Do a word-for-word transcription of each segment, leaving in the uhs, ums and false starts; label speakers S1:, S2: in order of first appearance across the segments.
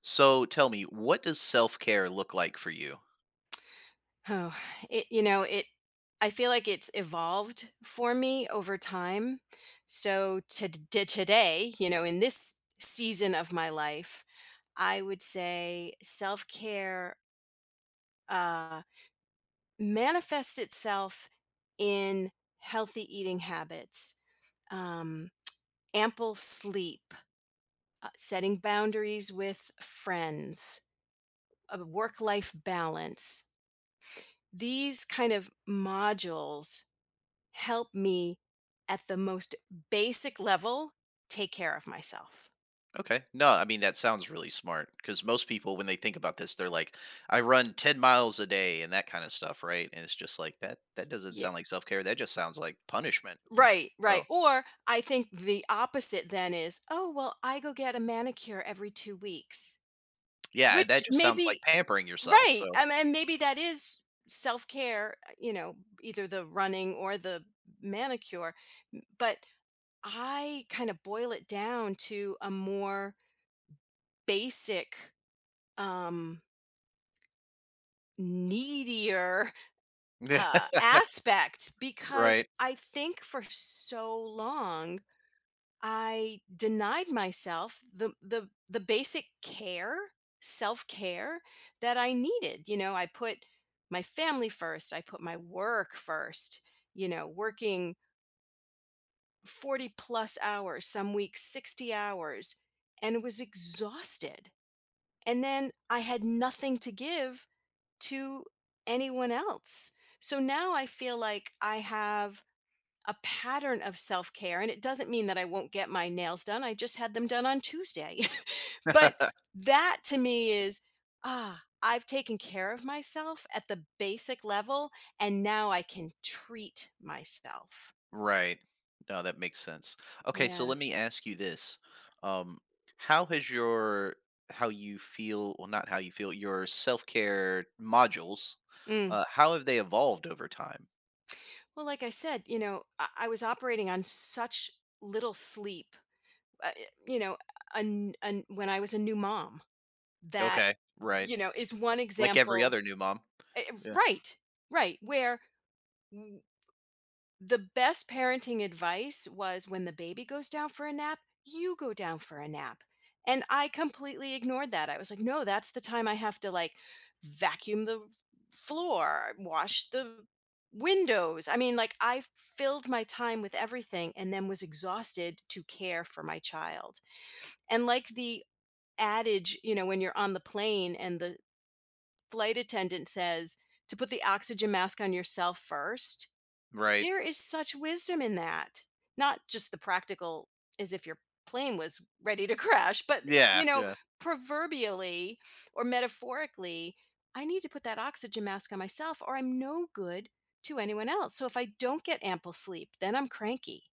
S1: So tell me, what does self care look like for you?
S2: Oh, it you know, it I feel like it's evolved for me over time. So to d today, you know, in this season of my life, I would say self-care uh manifests itself in healthy eating habits, um, ample sleep, uh, setting boundaries with friends, a work-life balance. These kind of modules help me at the most basic level take care of myself.
S1: Okay. No, I mean, that sounds really smart because most people, when they think about this, they're like, I run ten miles a day and that kind of stuff, right? And it's just like that, that doesn't
S2: Yeah.
S1: sound like self care. That just sounds like punishment. Like,
S2: Right, right.
S1: oh,
S2: Or I think the opposite then is, oh, well, I go get a manicure every two weeks,
S1: yeah,
S2: which
S1: that just sounds like
S2: maybe,
S1: pampering yourself. So,
S2: right. Um, and maybe that is self care, you know, either the running or the manicure. m- But I kind of boil it down to a more basic, um, needier uh,
S1: yeah,
S2: aspect because
S1: right.
S2: I think for so long I denied myself the the the basic care, self-care that I needed. You know, I put my family first, I put my work first, you know, working forty plus hours, some weeks sixty hours and was exhausted. And then I had nothing to give to anyone else. So now I feel like I have a pattern of self-care and it doesn't mean that I won't get my nails done. I just had them done on Tuesday. But that to me is, ah, I've taken care of myself at the basic level and now I can treat myself.
S1: Right. No, that makes sense. Okay, so
S2: Yeah.
S1: let me ask you this. Um, how has your how you feel, well, not how you feel, your self-care modules,
S2: Mm.
S1: uh, how have they evolved over time?
S2: Well, like I said, you know, I, I was operating on such little sleep, uh, eh, you know, an, an, when I was a new mom, that,
S1: Okay, right.
S2: you know, is one
S1: Like every
S2: example.
S1: other new mom.
S2: eh,
S1: Yeah.
S2: Right, right. Where The best parenting advice was when the baby goes down for a nap, you go down for a nap. And I completely ignored that. I was like, no, that's the time I have to like vacuum the floor, wash the windows. I mean, like I filled my time with everything and then was exhausted to care for my child. And like the adage, you know, when you're on the plane and the flight attendant says to put the oxygen mask on yourself first
S1: Right.
S2: there is such wisdom in that. Not just the practical as if your plane was ready to crash, but, you
S1: Yeah,
S2: know,
S1: yeah.
S2: proverbially or metaphorically, I need to put that oxygen mask on myself or I'm no good to anyone else. So if I don't get ample sleep, then I'm cranky.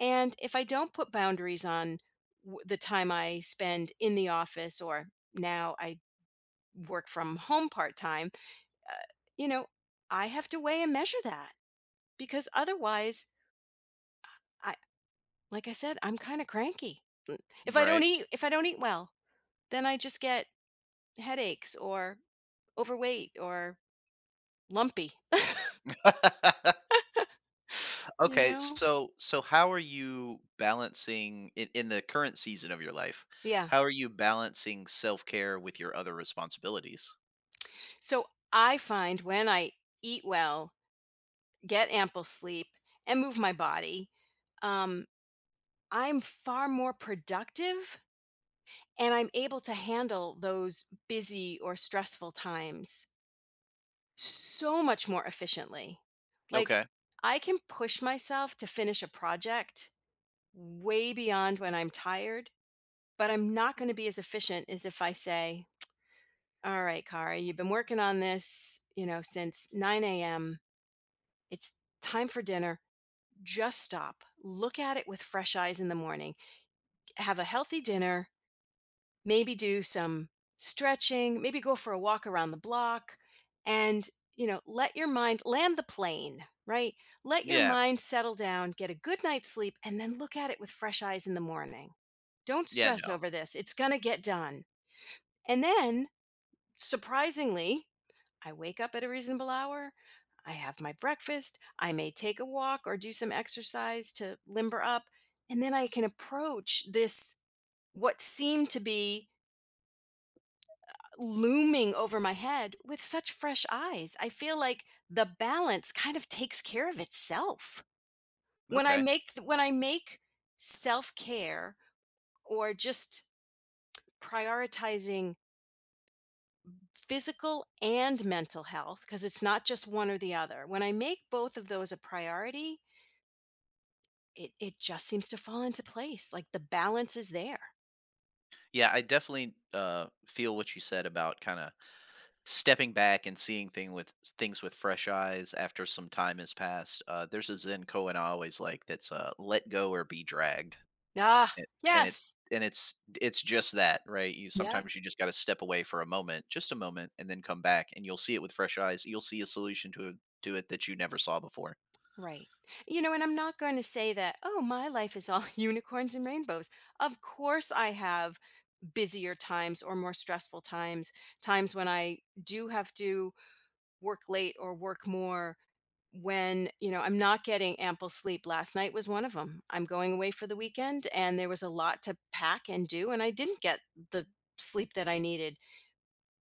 S2: And if I don't put boundaries on w- the time I spend in the office or now I work from home part time, uh, you know, I have to weigh and measure that because otherwise, I Like I said, I'm kinda cranky. Mm, if I don't
S1: Right.
S2: eat if I don't eat well, then I just get headaches or overweight or lumpy, you
S1: Okay,
S2: know?
S1: so so how are you balancing in, in the current season of your life?
S2: Yeah.
S1: How are you balancing self-care with your other responsibilities?
S2: So, I find when I eat well, get ample sleep, and move my body, um, I'm far more productive, and I'm able to handle those busy or stressful times so much more efficiently. Like,
S1: Okay.
S2: I can push myself to finish a project way beyond when I'm tired, but I'm not going to be as efficient as if I say, "All right, Kara, you've been working on this, you know, since nine a m. It's time for dinner. Just stop. Look at it with fresh eyes in the morning. Have a healthy dinner, maybe do some stretching, maybe go for a walk around the block, and, you know, let your mind land the plane, right? Let your
S1: Yeah.
S2: mind settle down, get a good night's sleep, and then look at it with fresh eyes in the morning. Don't
S1: Yeah,
S2: stress
S1: no.
S2: over this. It's going to get done." And then, surprisingly, I wake up at a reasonable hour. I have my breakfast. I may take a walk or do some exercise to limber up. And then I can approach this, what seemed to be looming over my head, with such fresh eyes. I feel like the balance kind of takes care of itself. When I
S1: Okay.
S2: make, when I make self care or just prioritizing physical and mental health because it's not just one or the other. When I make both of those a priority, it, it just seems to fall into place. Like the balance is there.
S1: Yeah, I definitely uh, feel what you said about kind of stepping back and seeing thing with things with fresh eyes after some time has passed. Uh, there's a Zen koan I always like that's uh, "Let go or be dragged."
S2: Ah,
S1: A and it's
S2: yes.
S1: and it's it's just that, right? You
S2: Yep.
S1: sometimes you just gotta step away for a moment, just a moment, and then come back, and you'll see it with fresh eyes. You'll see a solution to it to it that you never saw before.
S2: Right. You know, and I'm not going to say that, oh, my life is all unicorns and rainbows. Of course, I have busier times or more stressful times, times when I do have to work late or work more when, you know, I'm not getting ample sleep. Last night was one of them. I'm going away for the weekend and there was a lot to pack and do, and I didn't get the sleep that I needed,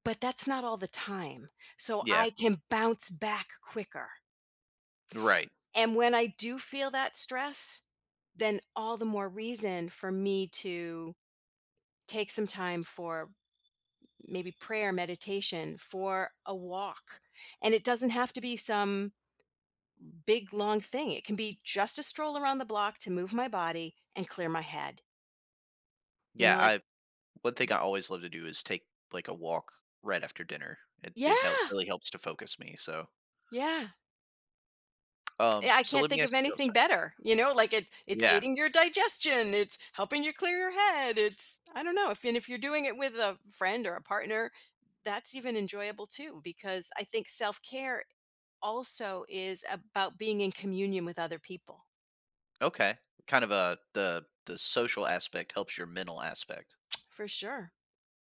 S2: but that's not all the time. So
S1: Yeah,
S2: I can bounce back quicker.
S1: right.
S2: And when I do feel that stress, then all the more reason for me to take some time for maybe prayer, meditation, for a walk. And it doesn't have to be some big long thing. It can be just a stroll around the block to move my body and clear my head. You
S1: Yeah,
S2: know, like
S1: I One thing I always love to do is take like a walk right after dinner. It it help
S2: yeah,
S1: really helps to focus me. So,
S2: yeah.
S1: um,
S2: Yeah, I
S1: so
S2: can't
S1: let me
S2: think of
S1: ask you. Oh,
S2: anything
S1: sorry.
S2: better. You know, like it it's
S1: Yeah.
S2: aiding your digestion, it's helping you clear your head. It's I don't know, if and if you're doing it with a friend or a partner, that's even enjoyable too because I think self-care also is about being in communion with other people.
S1: Okay. Kind of a the the social aspect helps your mental aspect.
S2: For sure.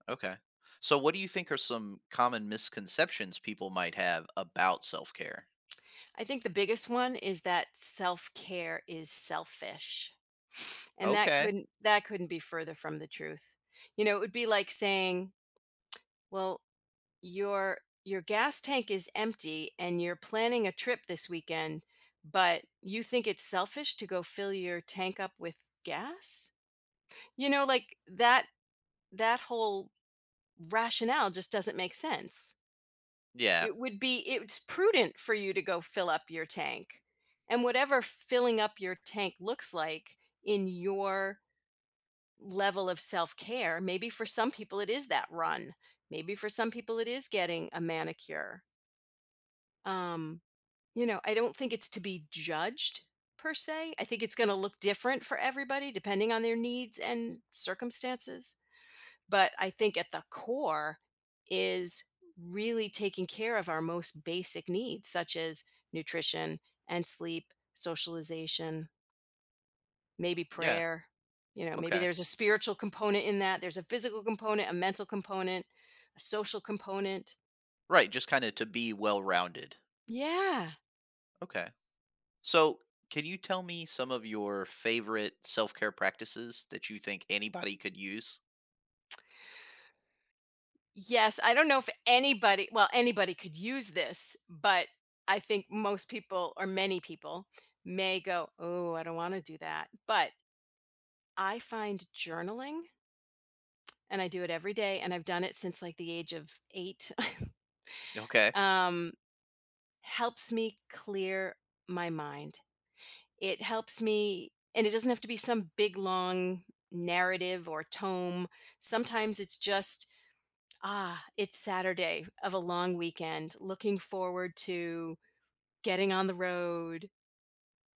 S1: Okay. So, what do you think are some common misconceptions people might have about self care?
S2: I think the biggest one is that self-care is selfish. And that
S1: Okay.
S2: couldn't that couldn't be further from the truth. You know, it would be like saying, "Well, your your gas tank is empty and you're planning a trip this weekend, but you think it's selfish to go fill your tank up with gas?" You know, like that that whole rationale just doesn't make sense.
S1: Yeah.
S2: It would be it's prudent for you to go fill up your tank. And whatever filling up your tank looks like in your level of self-care. Maybe for some people it is that run. Maybe for some people it is getting a manicure. Um, you know, I don't think it's to be judged per se. I think it's going to look different for everybody depending on their needs and circumstances, but I think at the core is really taking care of our most basic needs such as nutrition and sleep, socialization, Maybe
S1: Yeah.
S2: prayer, you know, maybe
S1: Okay.
S2: there's a spiritual component in that, there's a physical component, a mental component, a social component.
S1: Right. Just kind of to be well rounded.
S2: Yeah.
S1: Okay. So, can you tell me some of your favorite self care practices that you think anybody could use?
S2: Yes, I don't know if anybody, well, anybody could use this, but I think most people or many people may go, "Oh, I don't want to do that." But I find journaling, and I do it every day, and I've done it since like the age of eight,
S1: Okay.
S2: um, helps me clear my mind. It helps me and it doesn't have to be some big long narrative or tome. Sometimes it's just, ah, it's Saturday of a long weekend, looking forward to getting on the road,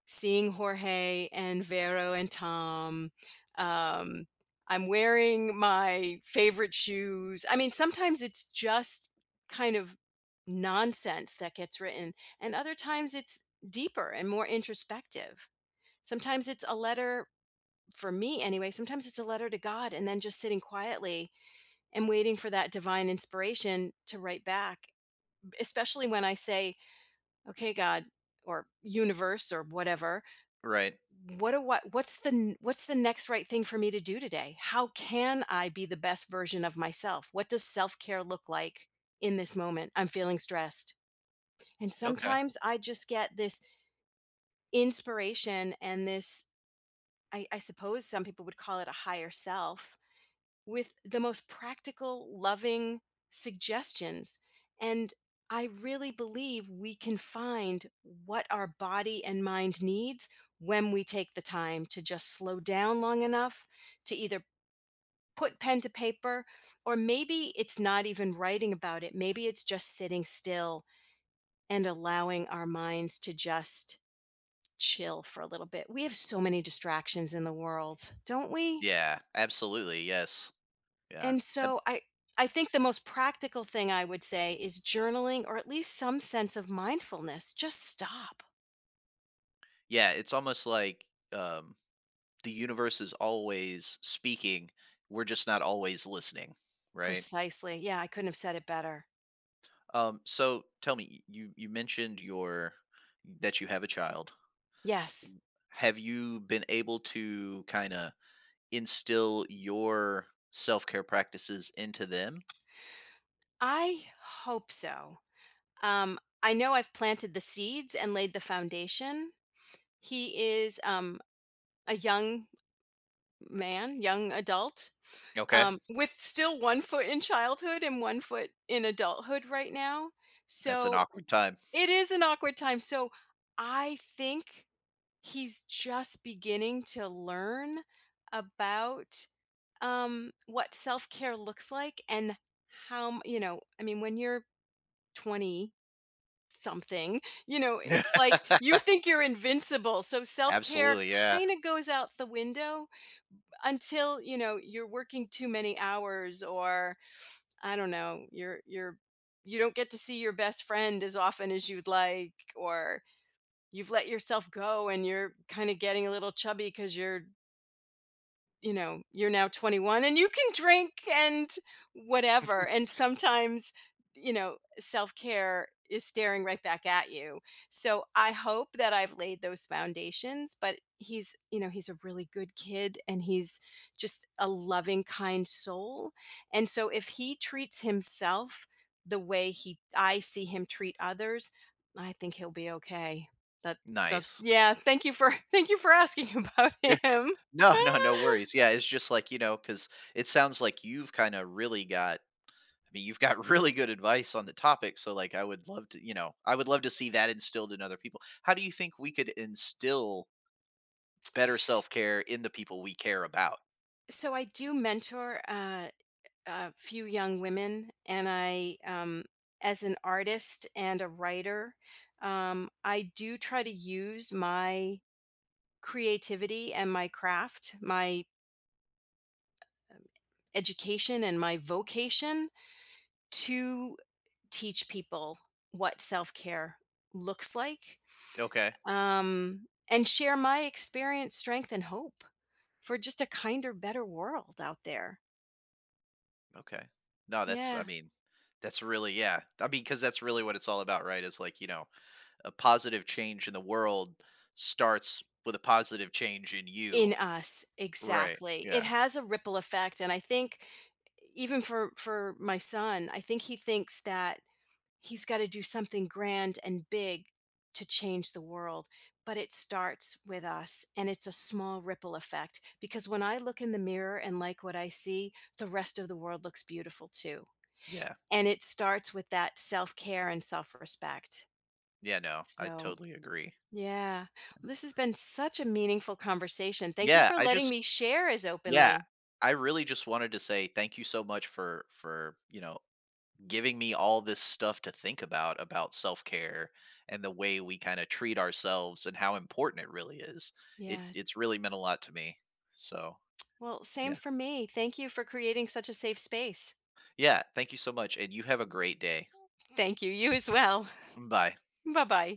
S2: seeing Jorge and Vero and Tom. Um, I'm wearing my favorite shoes. I mean, sometimes it's just kind of nonsense that gets written, and other times it's deeper and more introspective. Sometimes it's a letter for me anyway, sometimes it's a letter to God and then just sitting quietly and waiting for that divine inspiration to write back, especially when I say, "Okay, God," or "Universe," or whatever,
S1: Right.
S2: what do what what's the n- what's the next right thing for me to do today? How can I be the best version of myself? What does self-care look like in this moment? I'm feeling stressed. And
S1: Okay.
S2: sometimes I just get this inspiration and this I, I suppose some people would call it a higher self with the most practical, loving suggestions. And I really believe we can find what our body and mind needs when we take the time to just slow down long enough to either put pen to paper, or maybe it's not even writing about it. Maybe it's just sitting still and allowing our minds to just chill for a little bit. We have so many distractions in the world, don't we?
S1: Yeah. Absolutely. Yes. Yeah.
S2: And
S1: Uh,
S2: so I I think the most practical thing I would say is journaling or at least some sense of mindfulness. Just stop.
S1: yeah. It's almost like um, the universe is always speaking. We're just not always listening. Right.
S2: Precisely. Yeah, I couldn't have said it better.
S1: Um, so tell me, you you mentioned your that you have a child.
S2: Yes.
S1: Have you been able to kind of instill your self care practices into them?
S2: I hope so. Um I know I've planted the seeds and laid the foundation. He is um a young man, young adult,
S1: Okay.
S2: um with still one foot in childhood and one foot in adulthood right now.
S1: That's an
S2: So
S1: awkward time.
S2: it is an awkward time. So I think he's just beginning to learn about, um, what self-care looks like and how m you know, I mean, when you're twenty something, you know, it's like you think you're invincible, so self-care
S1: Absolutely. Yeah.
S2: kinda goes out the window until, you know, you're working too many hours or, I don't know, you're you're you don't get to see your best friend as often as you'd like, or you've let yourself go and you're kinda getting a little chubby because 'cause you're you know, you're now twenty-one and you can drink and whatever. And sometimes, you know, self care is staring right back at you. So I hope that I've laid those foundations, but he's, you know, he's a really good kid and he's just a loving, kind soul. And so if he treats himself the way he I see him treat others, I think he'll be okay. That so
S1: Nice.
S2: yeah, thank you for thank you for asking about him.
S1: No, no, no worries. Yeah, it's just like, you know, because it sounds like you've kind of really got, I mean, you've got really good advice on the topic. So, like, I would love to, you know, I would love to see that instilled in other people. How do you think we could instill better self care in the people we care about?
S2: So I do mentor uh, a few young women, and I, um, as an artist and a writer, um, I do try to use my creativity and my craft, my education and my vocation to teach people what self care looks like
S1: Okay.
S2: um, and share my experience, strength, and hope for just a kinder, better world out there.
S1: Okay. No, that's, I
S2: Yeah.
S1: mean, that's really, yeah. I mean, because that's really what it's all about, right? Is like, you know, a positive change in the world starts with a positive change in you.
S2: In us,
S1: Right.
S2: exactly. It
S1: Yeah.
S2: has a ripple effect, and I think even for for my son, I think he thinks that he's gotta do something grand and big to change the world, but it starts with us, and it's a small ripple effect, because when I look in the mirror and like what I see, the rest of the world looks beautiful too,
S1: Yeah.
S2: and it starts with that self-care and self-respect.
S1: Yeah. No, I
S2: So,
S1: totally agree.
S2: yeah. This has been such a meaningful conversation. Thank you
S1: Yeah,
S2: for
S1: I
S2: letting
S1: just
S2: me share as
S1: yeah,
S2: openly.
S1: I really just wanted to say thank you so much for for, you know, giving me all this stuff to think about about self-care and the way we kind of treat ourselves and how important it really is. It
S2: Yeah.
S1: it's really meant a lot to me. So,
S2: Well, same
S1: yeah.
S2: for me. Thank you for creating such a safe space.
S1: Yeah, thank you so much and you have a great day.
S2: Thank you. You as well.
S1: Bye.
S2: Bye bye.